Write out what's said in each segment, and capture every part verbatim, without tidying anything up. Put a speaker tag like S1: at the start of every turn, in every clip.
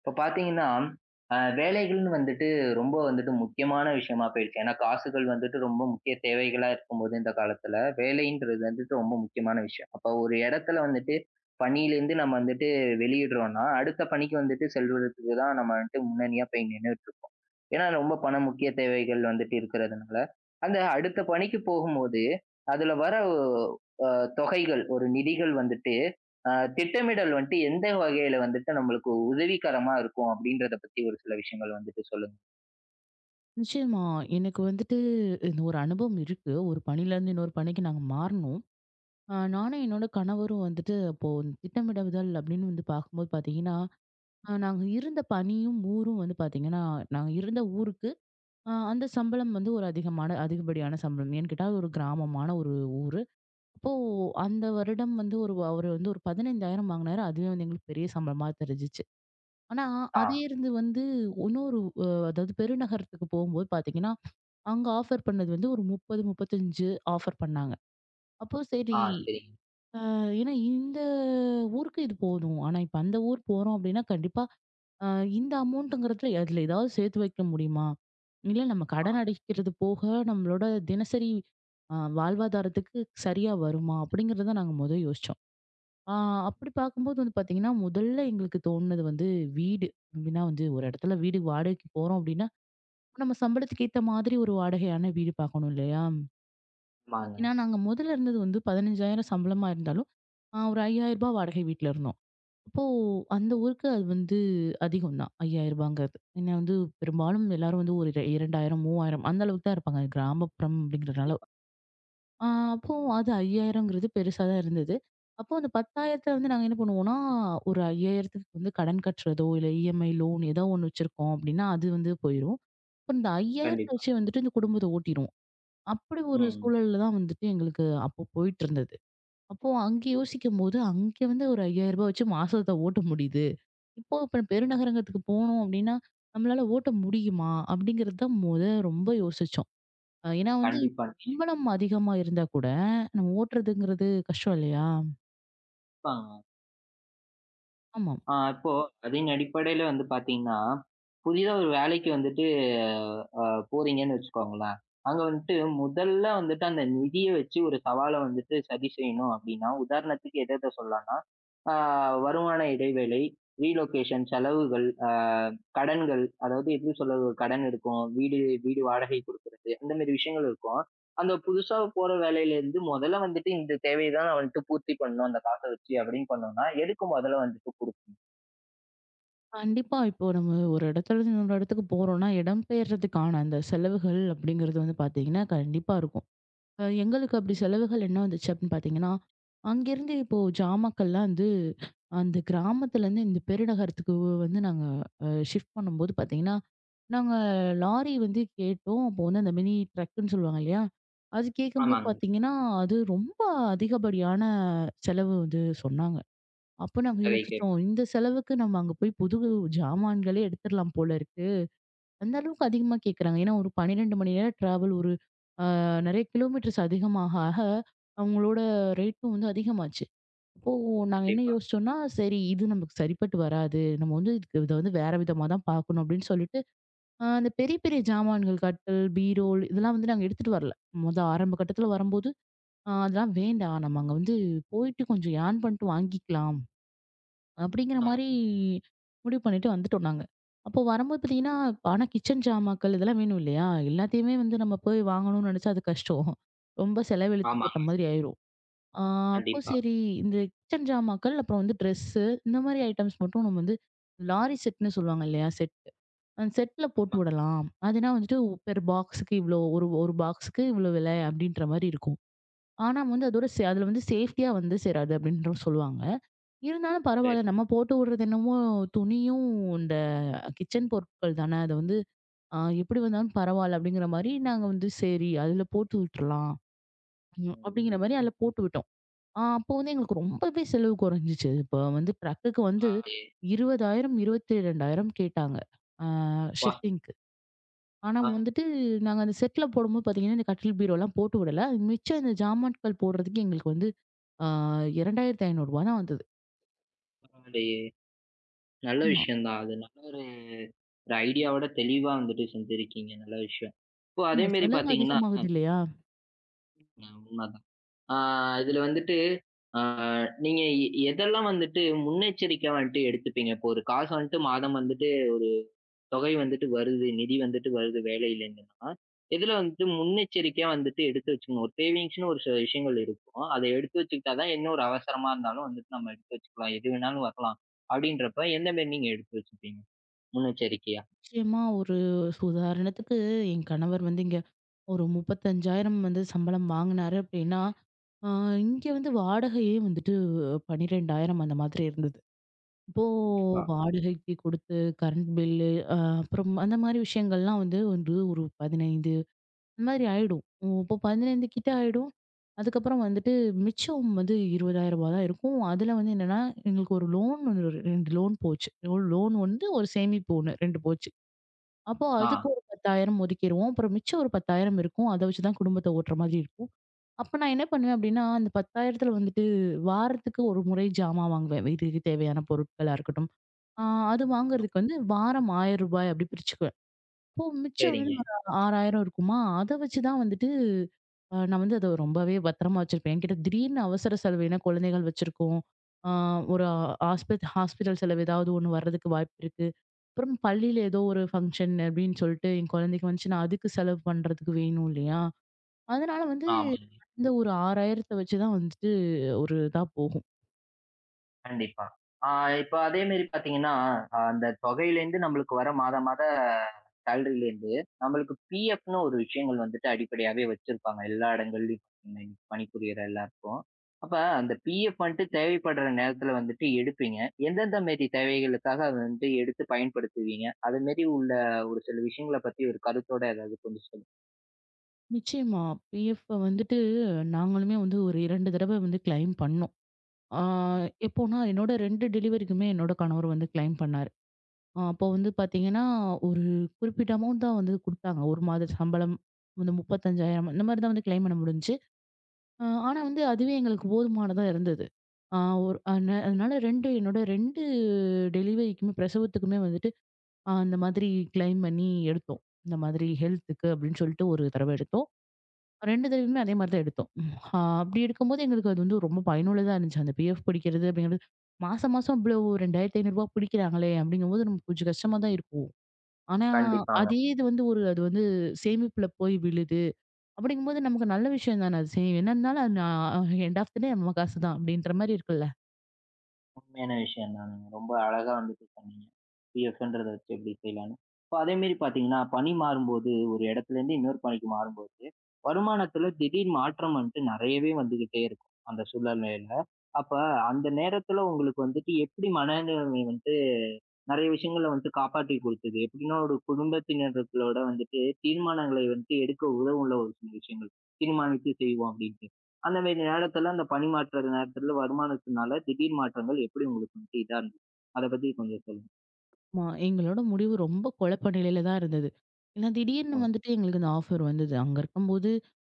S1: இப்ப பார்த்தீங்கன்னா, அ வேலைகள்னு வந்துட்டு ரொம்ப வந்துட்டு முக்கியமான விஷயமா போயிடுச்சு. ஏன்னா காசுகள் வந்துட்டு ரொம்ப முக்கிய தேவைகளா இருக்கும்போது இந்த காலத்துல, வேலைன்றது வந்துட்டு ரொம்ப முக்கியமான விஷயம். அப்ப ஒரு இடத்துல வந்துட்டு பணியிலேருந்து நம்ம வந்துட்டு வெளியிடுறோம்னா, அடுத்த பணிக்கு வந்துட்டு செல்வதற்கு தான் நம்ம வந்துட்டு முன்னணியா போய் நின்னுட்டுருக்கோம். ஏன்னா ரொம்ப பண முக்கிய தேவைகள் வந்துட்டு இருக்கிறதுனால, அந்த அடுத்த பணிக்கு போகும்போது, அதுல வர அ தொகைகள், ஒரு நிதிகள் வந்துட்டு, அ திட்டமிடல் வந்துட்டு எந்த வகையில வந்துட்டு நம்மளுக்கு உதவிகரமா இருக்கும் அப்படின்றத பத்தி ஒரு சில விஷயங்கள் வந்துட்டு சொல்லுங்க.
S2: நிச்சயமா. எனக்கு வந்துட்டு இந்த ஒரு அனுபவம் இருக்கு. ஒரு பணியிலேருந்து இன்னொரு பணிக்கு நாங்க மாறுனோம். அ நானும் என்னோட கணவரும் வந்துட்டு அப்போ இந்த திட்டமிடுதல் அப்படின்னு வந்து பார்க்கும்போது பார்த்தீங்கன்னா, அ நாங்க இருந்த பணியும், ஊரும் வந்து பார்த்தீங்கன்னா, நாங்க இருந்த ஊருக்கு அ அந்த சம்பளம் வந்து ஒரு அதிகமான அதிகப்படியான சம்பளம். ஏன்னு கேட்டா அது ஒரு கிராமமான ஒரு ஊரு. அப்போ அந்த வருடம் வந்து ஒரு அவரு வந்து ஒரு பதினைந்தாயிரம் வாங்குனாரு. அதுவே வந்து எங்களுக்கு பெரிய சம்பளமா தெரிஞ்சுச்சு. ஆனா,
S1: ஆ,
S2: அதே இருந்து வந்து இன்னொரு அ அதாவது பெருநகரத்துக்கு போகும்போது பார்த்தீங்கன்னா அங்க ஆஃபர் பண்ணது வந்து ஒரு முப்பது, முப்பத்தி ஐந்து ஆஃபர் பண்ணாங்க. அப்போ
S1: ஆ
S2: சரி,
S1: சரிங்க.
S2: அ ஏன்னா இந்த ஊருக்கு இது போதும். ஆனா இப்ப அந்த ஊர் போறோம் அப்டின்னா, கண்டிப்பா அ இந்த அமௌண்ட்டுங்கிறதுல அதுல ஏதாவது சேர்த்து வைக்க முடியுமா? இல்ல நம்ம
S1: ஆமா,
S2: கடன் அடைக்கிறது போக, நம்மளோட தினசரி அ வாழ்வாதாரத்துக்கு சரியா வருமா? அப்படிங்கிறத நாங்க மொத யோசிச்சோம். ஆ அப்படி பார்க்கும்போது வந்து பார்த்தீங்கன்னா, முதல்ல எங்களுக்கு தோணுனது வந்து வீடு. எப்படின்னா வந்து ஒரு இடத்துல வீடு வாடகைக்கு போறோம் அப்டின்னா, நம்ம சம்பளத்துக்கு ஏத்த மாதிரி ஒரு வாடகையான வீடு பார்க்கணும் இல்லையா?
S1: ஆமாங்க.
S2: ஏன்னா, நாங்க முதல்ல இருந்தது வந்து பதினைந்தாயிரம் சம்பளமா இருந்தாலும், அ ஒரு ரூ. ஐந்தாயிரம் வாடகை வீட்ல இருந்தோம். அப்போ அந்த
S1: ம்.
S2: ஊருக்கு அது வந்து அதிகம் தான். ரூ. 5,000ங்கிறது. ஏன்னா வந்து பெரும்பாலும் எல்லாரும் வந்து ஒரு இரண்டாயிரம், மூவாயிரம் அந்த அளவுக்கு தான் இருப்பாங்க. கிராமப்புறம் அப்படிங்கிறனால.
S1: கண்டிப்பா,
S2: அ அப்போ அது 5,000ங்கிறது பெருசா தான் இருந்தது. அப்போ அந்த 10,000த்துல வந்து நாங்க என்ன பண்ணுவோம்னா, ஒரு 5,000த்துக்கு வந்து கடன் கட்டுறதோ, இல்ல இ எம் ஐ லோன் ஏதோ ஒண்ணு வச்சிருக்கோம் அப்படின்னா, அது வந்து போயிரும். அப்ப இந்த 5,000த்த
S1: கண்டிப்பா.
S2: வச்சு வந்துட்டு இந்த குடும்பத்த ஓட்டிருவோம். அப்படி ஒரு
S1: ம்,
S2: சூழல்ல தான் வந்துட்டு எங்களுக்கு அப்போ போயிட்டு இருந்தது. அப்போ அங்க
S1: ம்,
S2: யோசிக்கும்போது, அங்க வந்து ஒரு ரூ. ஐந்தாயிரம் வச்சு மாசத்த ஓட்ட முடியுது. இப்போ இப்ப
S1: ம்.
S2: பெருநகரங்கத்துக்கு போனோம் அப்படின்னா, நம்மளால ஓட்ட முடியுமா? அப்படிங்கிறது தான் மொத ரொம்ப யோசிச்சோம். அ ஏன்னா வந்து
S1: கண்டிப்பா.
S2: சம்பளம் அதிகமா இருந்தா கூட, நம்ம ஓட்டுறதுங்கிறது கஷ்டம் இல்லையா?
S1: நிச்சயமாங்க.
S2: ஆமா.
S1: ஆ இப்போ அதன் அடிப்படையில வந்து பார்த்தீங்கன்னா, புதிதா ஒரு வேலைக்கு வந்துட்டு அ போறீங்கன்னு வச்சுக்கோங்களேன். அங்க வந்துட்டு முதல்ல வந்துட்டு அந்த நிதிய வச்சு ஒரு சவால வந்துட்டு சரி செய்யணும் அப்படின்னா, உதாரணத்துக்கு எத எத சொல்லலாம்னா, ஆ வருமான இடைவேளை, ரீலொகேஷன் செலவுகள், ஆ கடன்கள் அதாவது எப்படி சொல்றது ஒரு கடன் இருக்கும், வீடு வீடு வாடகை குடுக்குறது அந்த மாரி விஷயங்கள் இருக்கும். அந்த புதுசா போற வேலையிலேருந்து முதல்ல வந்துட்டு இந்த தேவைய தான் நான் வந்துட்டு பூர்த்தி பண்ணணும் அந்த காச வச்சு அப்படின்னு பண்ணோம்னா, எதுக்கு முதல்ல வந்துட்டு
S2: கண்டிப்பா. இப்போ நம்ம ஒரு இடத்துல இருந்து இன்னொரு இடத்துக்கு போறோம்னா, இடம்பெயர்றதுக்கான அந்த செலவுகள் அப்படிங்கிறது வந்து பார்த்தீங்கன்னா, கண்டிப்பா இருக்கும். அ எங்களுக்கு அப்படி
S1: ம்.
S2: செலவுகள் என்ன வந்துச்சு அப்படின்னு பார்த்தீங்கன்னா, அங்கேருந்து இப்போ ஜாமாக்கள்லாம் வந்து அந்த கிராமத்துலேருந்து இந்த பெருநகரத்துக்கு வந்து நாங்க அ ஷிஃப்ட் பண்ணும்போது பார்த்தீங்கன்னா, நாங்க லாரி வந்து கேட்டோம். அப்போ வந்து அந்த மினி ட்ரக்குன்னு சொல்லுவாங்க இல்லையா? அது கேட்கும்போது
S1: ஆமாங்க.
S2: பார்த்தீங்கன்னா, அது ரொம்ப அதிகப்படியான செலவு வந்து சொன்னாங்க. அப்போ நாங்க
S1: நகை
S2: யோசிச்சோம்,
S1: கேட்பாங்க.
S2: இந்த செலவுக்கு நம்ம அங்க போய் புது ஜாமான்களே எடுத்துடலாம் போல இருக்கு. அந்த அளவுக்கு
S1: ம்.
S2: அதிகமா கேக்குறாங்க. ஏன்னா ஒரு பன்னிரண்டு மணி நேரம் டிராவல் ஒரு அ நெறைய கிலோமீட்டர்ஸ் அதிகமாக ஆக, அவங்களோட ரேட்டும் வந்து அதிகமாச்சு. அப்போ நாங்க என்ன
S1: கண்டிப்பா.
S2: யோசிச்சோம்னா, சரி இது நமக்கு சரிப்பட்டு வராது. நம்ம வந்து இதுக்கு இத வந்து வேற விதமா தான் பார்க்கணும் அப்படின்னு சொல்லிட்டு, அ அந்த பெரிய பெரிய ஜாமான்கள் கட்டில், பீரோல் இதெல்லாம் வந்து நாங்க எடுத்துட்டு வரல. மொத ஆரம்ப கட்டத்துல வரும்போது, அ அதெல்லாம் வேண்டாம். நம்ம அங்க வந்து போயிட்டு கொஞ்சம் ஏர்ன் பண்ணிட்டு வாங்கிக்கலாம். அப்படிங்கிற
S1: ஆ.
S2: மாரி முடிவு பண்ணிட்டு வந்துட்டோம் நாங்க. அப்போ வரும்போது பார்த்தீங்கன்னா, ஆனா கிச்சன் ஜாமாக்கள் இதெல்லாம் வேணும் இல்லையா? எல்லாத்தையுமே வந்து நம்ம போய் வாங்கணும்னு நினைச்சா அது கஷ்டம். ரொம்ப செலவெழுத்து போட்ட
S1: ஆமாங்க.
S2: மாதிரி ஆயிரும். ஆ அப்போ
S1: கண்டிப்பா.
S2: சரி இந்த கிச்சன் ஜாமாக்கள், அப்புறம் வந்து ட்ரெஸ்ஸு இந்த மாரி ஐட்டம்ஸ் மட்டும் நம்ம வந்து லாரி செட்ன்னு சொல்லுவாங்க இல்லையா? செட். அந்த செட்ல போட்டு
S1: ஆமாங்க.
S2: விடலாம். அதுனா வந்துட்டு பெர் பாக்ஸுக்கு இவ்வளோ ஒரு ஒரு பாக்ஸுக்கு இவ்வளோ விலை அப்படின்ற மாரி இருக்கும். ஆனா வந்து அதோட
S1: ஆமாங்க.
S2: சே அதுல வந்து சேஃப்டியா வந்து சேராது அப்படின்ற சொல்லுவாங்க. இருந்தாலும்
S1: வேற
S2: பரவால்ல.
S1: இருக்கு.
S2: நம்ம போட்டு விடுறது என்னமோ துணியும், இந்த கிச்சன் பொருட்கள் தானே. அது வந்து அ எப்படி வந்தாலும் பரவால்ல அப்படிங்கிற மாரி நாங்க வந்து சரி அதுல போட்டு விட்டுறலாம். ம்.
S1: ம்.
S2: அப்படிங்கிற மாரி அதுல போட்டு விட்டோம். அ அப்போ வந்து எங்களுக்கு ரொம்பவே செலவு குறைஞ்சுச்சு. இப்போ வந்து ட்ரக்குக்கு வந்து
S1: ஆயே.
S2: இருபதாயிரம், இருபத்தி இரண்டாயிரம் கேட்டாங்க. அ
S1: அப்பா!
S2: ஷிஃப்டிங்க்கு. ஆனா
S1: ஆ
S2: வந்துட்டு நாங்க அந்த செட்ல போடும்போது பார்த்தீங்கன்னா, இந்த கட்டில் பீரோலாம் போட்டு விடல. மிச்சம் இந்த ஜாமான்கள் போடுறதுக்கு எங்களுக்கு வந்து அ ரூ. இரண்டாயிரத்தி ஐநூறு தான் வந்தது.
S1: பரவாயில்லையே! நல்ல
S2: ஆமா.
S1: விஷயம் தான். அது நல்ல ஒரு ஒரு ஐடியாவோட தெளிவா வந்துட்டு செஞ்சிருக்கீங்க. நல்ல விஷயம். இப்போ
S2: ஆமா.
S1: அதேமாரி
S2: செலவு
S1: பார்த்தீங்கன்னா
S2: அதிகமாகுது இல்லையா?
S1: அ உண்மதான். ஆ இதுல வந்துட்டு ஆ நீங்க எ எதெல்லாம் வந்துட்டு முன்னெச்சரிக்கையா வந்துட்டு எடுத்துப்பீங்க? இப்போ ஒரு காசு வந்துட்டு மாதம் வந்துட்டு தொகை வந்துட்டு வருது, நிதி வந்துட்டு வருது வேலையிலன்னா, எதுல வந்துட்டு முன்னெச்சரிக்கையா வந்துட்டு எடுத்து வச்சுக்கணும். ஒரு சேவிங்ஸ்ன்னு ஒரு சில விஷயங்கள் இருக்கும். அத எடுத்து வச்சுக்கிட்டா தான் என்ன ஒரு அவசரமா இருந்தாலும் வந்துட்டு நம்ம எடுத்து வச்சுக்கலாம். எது வேணாலும் வரலாம். அப்படின்றப்ப எந்த மாரி நீங்க எடுத்து வச்சுப்பீங்க? முன்னெச்சரிக்கையா?
S2: நிச்சயமா ஒரு உதாரணத்துக்கு என் கணவர் வந்து இங்க ஒரு முப்பத்தி ஐந்தாயிரம் வந்து சம்பளம் வாங்கினாரு அப்படின்னா, ஆ இங்க வந்து வாடகையே வந்துட்டு பன்னிரண்டாயிரம் அந்த மாதிரி இருந்தது. இப்போ
S1: கண்டிப்பா.
S2: வாடகைக்கு கொடுத்து, கரண்ட் பில்லு, அ அப்புறம் அந்த மாதிரி விஷயங்கள்லாம் வந்து வந்து ஒரு பதினைந்து அந்த மாதிரி ஆயிடும். உம் இப்போ பதினைந்து கிட்ட ஆயிடும். அதுக்கப்புறம் வந்துட்டு மிச்சம் வந்து ரூ. இருபதாயிரம் தான் இருக்கும். அதுல வந்து என்னன்னா, எங்களுக்கு ஒரு லோன் இரண்டு லோன் போச்சு. லோன் ஒண்ணு, ஒரு சேமிப்பு ஒண்ணு இரண்டு போச்சு. அப்போ அதுக்கு
S1: ஆ,
S2: ஒரு பத்தாயிரம் ஒதுக்கிருவோம். அப்புறம் மிச்சம் ஒரு பத்தாயிரம் இருக்கும். அத வச்சு தான் குடும்பத்த ஓட்டுற மாதிரி இருக்கும். அப்ப நான் என்ன பண்ணுவேன் அப்டின்னா, அந்த 10,000த்துல வந்துட்டு வாரத்துக்கு ஒரு முறை ஜாமான் வாங்குவேன். வீட்டுக்கு தேவையான பொருட்களா இருக்கட்டும். ஆ அது வாங்குறதுக்கு வந்து வாரம் ரூ. ஆயிரம் அப்டி பிரிச்சுக்குவேன். இப்போ மிச்சம் வந்து
S1: சரிங்க.
S2: ஒரு ஆறாயிரம் இருக்குமா, அத வச்சு தான் வந்துட்டு அ நான் வந்து அத ரொம்பவே பத்திரமா வச்சிருப்பேன். என்கிட்ட திடீர்னு அவசர செலவு ஏன்னா குழந்தைகள் வச்சிருக்கோம். ஆ ஒரு ஹாஸ்பி ஹாஸ்பிட்டல் செலவு ஏதாவது ஒண்ணு வர்றதுக்கு வாய்ப்பு இருக்கு. அப்புறம் பள்ளியில ஏதோ ஒரு ஃபங்ஷன் அப்படின்னு சொல்லிட்டு என் குழந்தைக்கு வந்துச்சு. நான் அதுக்கு செலவு பண்றதுக்கு வேணும் இல்லையா? அதனால வந்து
S1: ஆமாங்க.
S2: அந்த ஒரு 6,000த்த வச்சு தான் வந்துட்டு ஒரு இதா போகும்.
S1: கண்டிப்பா. ஆ இப்ப அதே மாரி பார்த்தீங்கன்னா, அ அந்த தொகையிலேருந்து நம்மளுக்கு வர மாதா மாத சேலரிலேருந்து, நம்மளுக்கு பிஎஃப்ன்னு ஒரு விஷயங்கள் வந்துட்டு அடிப்படையாவே வச்சிருப்பாங்க. எல்லா இடங்கள்லயும் பாத்தீங்கன்னா, இன்னைக்கு பணிபுரியற எல்லாருக்கும். அப்ப அந்த பிஎஃப் வந்துட்டு தேவைப்படுற நேரத்துல வந்துட்டு எடுப்பீங்க. எந்தெந்த மாரி தேவைகளுக்காக அத வந்துட்டு எடுத்து பயன்படுத்துவீங்க? அது மாரி உள்ள ஒரு சில விஷயங்கள பத்தி ஒரு கருத்தோட ஏதாவது கொஞ்சம் சொல்லுங்க.
S2: நிச்சயமா. பிஎஃப் வந்துட்டு நாங்களுமே வந்து ஒரு இரண்டு தடவ வந்து கிளைம் பண்ணோம். ஆ
S1: ம்.
S2: எப்போன்னா என்னோட இரண்டு டெலிவரிக்குமே என்னோட கணவர் வந்து கிளைம் பண்ணாரு. அ அப்போ வந்து பார்த்தீங்கன்னா, ஒரு குறிப்பிட்ட அமௌண்ட் தான் வந்து குடுத்தாங்க. ஒரு மாத சம்பளம், வந்து முப்பத்தஞ்சாயிரம் அந்த முப்பத்தி ஐந்தாயிரம் இந்த மாதிரி தான் வந்து கிளைம் பண்ண முடிஞ்சுச்சு. அ ஆனா வந்து அதுவே எங்களுக்கு போதுமானதா இருந்தது. ஆ ஒரு அன அதனால இரண்டு என்னோட இரண்டு டெலிவரிக்குமே பிரசவத்துக்குமே வந்துட்டு, அ அந்த மாதிரி கிளைம் பண்ணி எடுத்தோம். இந்த மாதிரி ஹெல்த்துக்கு அப்படின்னு சொல்லிட்டு ஒரு தடவ எடுத்தோம். இரண்டு தடவையுமே அதே மாதிரி தான் எடுத்தோம். அ அப்படி எடுக்கும்போது எங்களுக்கு அது வந்து ரொம்ப பயனுள்ளதா இருந்துச்சு. அந்த பி எஃப் பிடிக்கிறது அப்படிங்கிறது மாசம் மாசம் இவ்வளோ ரூ. இரண்டாயிரத்தி ஐநூறு பிடிக்கிறாங்களே அப்படிங்கும்போது நமக்கு கொஞ்சம் கஷ்டமா தான் இருக்கும். ஆனா
S1: கண்டிப்பாங்க.
S2: அதே இது வந்து ஒரு அது வந்து சேமிப்புல போய் விழுது. அப்படிங்கும்போது நமக்கு நல்ல விஷயம் தானே அது. சரி என்ன இருந்தாலும் அது நான் எண்ட் ஆஃப் த டே நம்ம காசு தான் அப்படின்ற மாரி இருக்குல்ல.
S1: உண்மையான விஷயம் தானுங்க. ரொம்ப அழகா வந்துட்டு சொன்னீங்க. பிஎஃப்ன்றத வச்சு எப்படி செய்யலான்னு. இப்ப அதே மாரி பார்த்தீங்கன்னா, பணி மாறும்போது ஒரு இடத்துலேருந்து இன்னொரு பணிக்கு மாறும்போது, வருமானத்துல திடீர் மாற்றம் வந்துட்டு நெறையவே வந்துகிட்டே இருக்கும், அந்த சூழ்நிலையில. அப்ப அந்த நேரத்துல உங்களுக்கு வந்துட்டு எப்படி மனநிலைமை வந்துட்டு நெறைய விஷயங்கள வந்துட்டு காப்பாத்தி குடுத்தது. எப்படின்னா, ஒரு குடும்பத்தினர்களோட வந்துட்டு தீர்மானங்களை வந்துட்டு எடுக்க உதவுள்ள ஒரு சில விஷயங்கள். தீர்மானித்து செய்வோம் அப்படின்ட்டு. அந்த மாரி நேரத்துல, அந்த பணி மாற்ற நேரத்துல வருமானத்தினால திடீர் மாற்றங்கள் எப்படி உங்களுக்கு வந்துட்டு இதா இருந்தது? அத பத்தி கொஞ்சம் சொல்லுங்க.
S2: ஆமா, எங்களோட முடிவு ரொம்ப குழப்ப நிலையில தான் இருந்தது. ஏன்னா திடீர்னு
S1: ம்.
S2: வந்துட்டு எங்களுக்கு இந்த ஆஃபர் வந்தது. அங்க இருக்கும்போது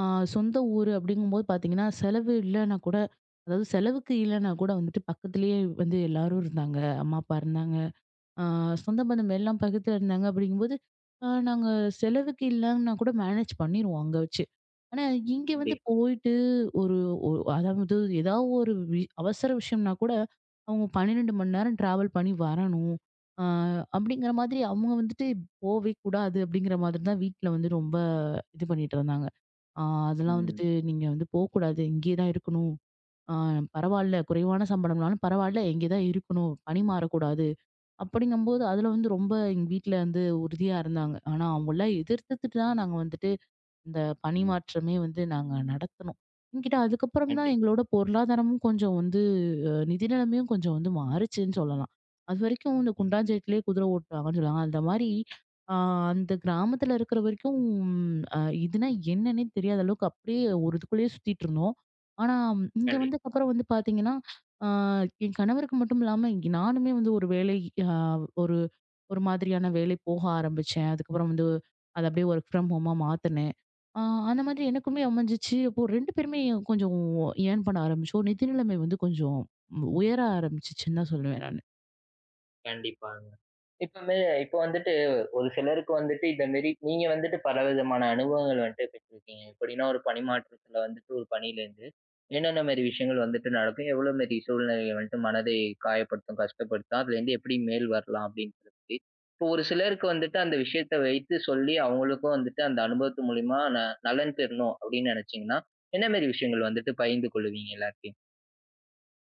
S2: ஆ சொந்த ஊரு அப்படிங்கும்போது பார்த்தீங்கன்னா, செலவு இல்லன்னா கூட அதாவது செலவுக்கு இல்லன்னா கூட வந்துட்டு பக்கத்திலேயே வந்து எல்லாரும் இருந்தாங்க. அம்மா, அப்பா இருந்தாங்க. ஆ சொந்த பந்தம் எல்லாம் பக்கத்துல இருந்தாங்க அப்படிங்கும்போது, அ நாங்க செலவுக்கு இல்லன்னா கூட மேனேஜ் பண்ணிருவோம் அங்க வச்சு. ஆனா இங்க
S1: அப்டியே.
S2: வந்து
S1: கண்டிப்பா.
S2: போயிட்டு ஒரு ஒ அதாவது ஏதாவது ஒரு வி அவசர விஷயம்னா கூட, அவங்க பன்னிரண்டு மணி நேரம் டிராவல் பண்ணி வரணும். அ
S1: ம்.
S2: அப்படிங்கிற மாதிரி அவங்க வந்துட்டு போவே கூடாது அப்படிங்கிற மாதிரி தான் வீட்ல வந்து ரொம்ப இது பண்ணிட்டு இருந்தாங்க. ஆ அதெல்லாம்
S1: ம்.
S2: வந்துட்டு நீங்க வந்து போக்கூடாது. இங்கேயே தான் இருக்கணும். ஆ பரவால்ல குறைவான சம்பளம்னாலும் பரவால்ல இங்கே தான் இருக்கணும். பணிமாறக்கூடாது. அப்படிங்கும்போது அதுல வந்து ரொம்ப எங்க வீட்ல வந்து உறுதியா இருந்தாங்க. ஆனா அவங்கலாம் எதிர்த்துட்டு தான் நாங்க வந்துட்டு இந்த பணி மாற்றமே வந்து நாங்க நடத்துனோம். என்கிட்ட அதுக்கப்புறம் தான்
S1: கண்டிப்பா.
S2: எங்களோட பொருளாதாரமும் கொஞ்சம் வந்து நிதி நிலைமையும் கொஞ்சம் வந்து மாறுச்சுன்னு சொல்லலாம். அதுவரைக்கும் இந்த
S1: ம்.
S2: குண்டாஞ்சேட்லயே குதிரை ஓட்டுறாங்கன்னு சொல்லுவாங்க. அந்த மாரி ஆ அந்த கிராமத்துல இருக்கிற வரைக்கும் அ இதுனா என்னன்னே தெரியாத அளவுக்கு அப்படியே ஒரு இதுக்குள்ளேயே சுத்திட்டு இருந்தோம். ஆனா ம், இங்க
S1: கண்டிப்பா.
S2: வந்ததுக்கப்புறம் வந்து பார்த்தீங்கன்னா, ஆ என் கணவருக்கு மட்டும் இல்லாம இங்க நானுமே வந்து ஒரு வேலை அ ஒரு ஒரு மாதிரியான வேலை போக ஆரம்பிச்சேன். அதுக்கப்புறம் வந்து அத அப்படியே வொர்க் ஃப்ரம் ஹோமா மாத்துனேன். ஆ அந்த மாதிரி எனக்குமே அமைஞ்சிச்சு. அப்போ இரண்டு பேருமே கொஞ்சம் ஏர்ன் பண்ண ஆரம்பிச்சோம். நிதி நிலைமை வந்து கொஞ்சம் உயர ஆரம்பிச்சுச்சுன்னு தான் சொல்லுவேன் நானு.
S1: கண்டிப்பாங்க. இப்பமே இப்ப வந்துட்டு ஒரு சிலருக்கு வந்துட்டு இந்த மாரி நீங்க வந்துட்டு பலவிதமான அனுபவங்கள் வந்துட்டு பெற்றிருக்கீங்க. எப்படின்னா ஒரு பணி மாற்றத்துல வந்துட்டு ஒரு பணியிலேருந்து என்னென்ன மாரி விஷயங்கள் வந்துட்டு நடக்கும்? எவ்வளோ மாரி சூழ்நிலைகள் வந்துட்டு மனதை காயப்படுத்தும், கஷ்டப்படுத்தும்? அதுலேருந்து எப்படி மேல் வரலாம் அப்படின்றத பத்தி. இப்போ ஒரு சிலருக்கு வந்துட்டு அந்த விஷயத்த வைத்து சொல்லி அவங்களுக்கும் வந்துட்டு அந்த அனுபவத்து மூலியமா ந நலன் பெறணும் அப்படின்னு நெனைச்சீங்கன்னா, என்ன மாரி விஷயங்கள் வந்துட்டு பகிர்ந்து கொள்ளுவீங்க எல்லார்ட்டயும்?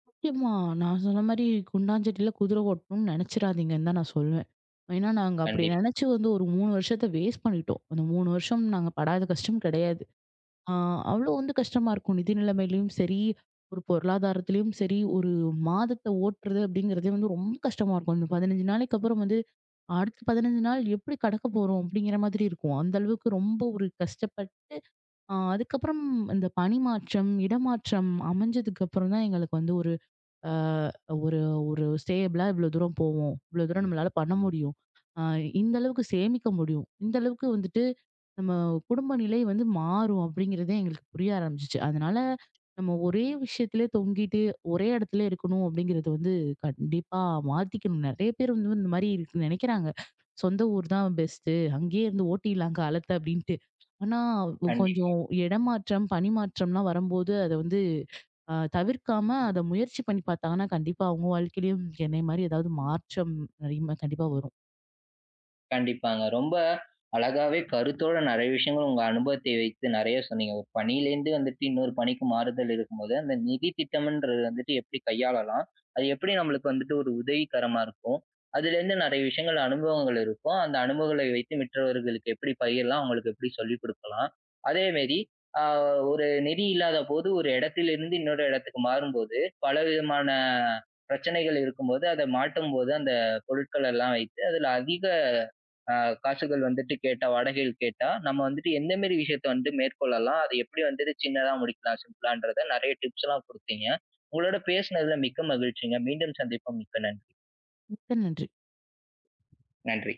S2: முக்கியமா நான் சொன்ன மாரி குண்டாஞ்செடியில குதிரை ஓட்டணும்னு நெனச்சிராதீங்கன்னு தான் நான் சொல்லுவேன். ஏன்னா நாங்க அப்படி
S1: கண்டிப்
S2: நெனச்சு வந்து ஒரு மூணு வருஷத்த வேஸ்ட் பண்ணிட்டோம். அந்த மூணு வருஷம் நாங்க படாத கஷ்டம் கிடையாது. ஆ அவ்ளோ
S1: ம்.
S2: வந்து கஷ்டமா இருக்கும். நிதி நிலைமையிலயும் சரி, ஒரு பொருளாதாரத்திலயும் சரி, ஒரு மாதத்த ஓட்டுறது அப்படிங்கிறதே வந்து ரொம்ப கஷ்டமா இருக்கும். இந்த பதினைந்து நாளைக்கு அப்புறம் வந்து, அடுத்த பதினைந்து நாள் எப்படி கடக்க போறோம் அப்படிங்கிற மாதிரி இருக்கும். அந்த அளவுக்கு ரொம்ப ஒரு கஷ்டப்பட் ஆ அதுக்கப்புறம் இந்த பணி மாற்றம், இடமாற்றம் அமைஞ்சதுக்கு அப்புறம் தான் எங்களுக்கு வந்து ஒரு அ ஒரு ஒரு ஸ்டேபிளா இவ்வளோ தூரம் போவோம். இவ்வளோ தூரம் ம். நம்மளால பண்ண முடியும். அ இந்த அளவுக்கு சேமிக்க முடியும். இந்த அளவுக்கு வந்துட்டு நம்ம குடும்ப நிலை வந்து மாறும் அப்படிங்கிறதே எங்களுக்கு புரிய ஆரம்பிச்சுச்சு. அதனால நம்ம ஒரே விஷயத்திலே தொங்கிட்டு, ஒரே இடத்துல இருக்கணும் அப்படிங்கிறது வந்து கண்டிப்பா மாத்திக்கணும். நெறைய பேர் வந்து இந்த மாரி இருக்கு நெனைக்கிறாங்க. சொந்த ஊர் தான் பெஸ்ட்டு. அங்கேயே இருந்து ஓட்டிடலாம் காலத்த அப்படின்ட்டு. ஆனா
S1: கண்டிப்பா.
S2: கொஞ்சம் இடமாற்றம், பணிமாற்றம்லாம் வரும்போது அத வந்து அ தவிர்க்காம அத முயற்சி பண்ணி பார்த்தாங்கன்னா, கண்டிப்பா அவங்க வாழ்க்கையிலயும் என்னைய மாரி ஏதாவது மாற்றம் நிறைய கண்டிப்பா வரும்.
S1: கண்டிப்பாங்க. ரொம்ப அழகாவே கருத்தோட நிறைய விஷயங்கள் உங்க அனுபவத்தை வைத்து நிறைய சொன்னீங்க. ஒரு பணியிலேருந்து வந்துட்டு இன்னொரு பணிக்கு மாறுதல் இருக்கும்போது, அந்த நிதி திட்டம்ன்றது வந்துட்டு எப்படி கையாளலாம்? அது எப்படி நம்மளுக்கு வந்துட்டு ஒரு உதவிகரமா இருக்கும்? அதுலேருந்து நிறைய விஷயங்கள் அனுபவங்கள் இருக்கும். அந்த அனுபவங்களை வைத்து மற்றவர்களுக்கு எப்படி பகிரலாம்? அவங்களுக்கு எப்படி சொல்லிக் குடுக்கலாம்? அதே மேரி அ ஒரு நிதி இல்லாத போது ஒரு இடத்திலிருந்து இன்னொரு இடத்துக்கு மாறும்போது, பலவிதமான பிரச்சனைகள் இருக்கும்போது, அத மாட்டும்போது அந்த பொருட்கள் எல்லாம் வைத்து அதில அதிக அ காசுகள் வந்துட்டு கேட்டா வாடகைகள் கேட்டா, நம்ம வந்துட்டு எந்த மாரி விஷயத்த வந்து மேற்கொள்ளலாம்? அது எப்படி வந்துட்டு சின்னதா முடிக்கலாம் சிம்பிளான்றத நெறைய டிப்ஸ்லாம் குடுத்தீங்க. உங்களோட பேசினதுல மிக்க மகிழ்ச்சிங்க. மீண்டும் சந்திப்போம். மிக்க நன்றி.
S2: மிக்க நன்றி.
S1: நன்றி.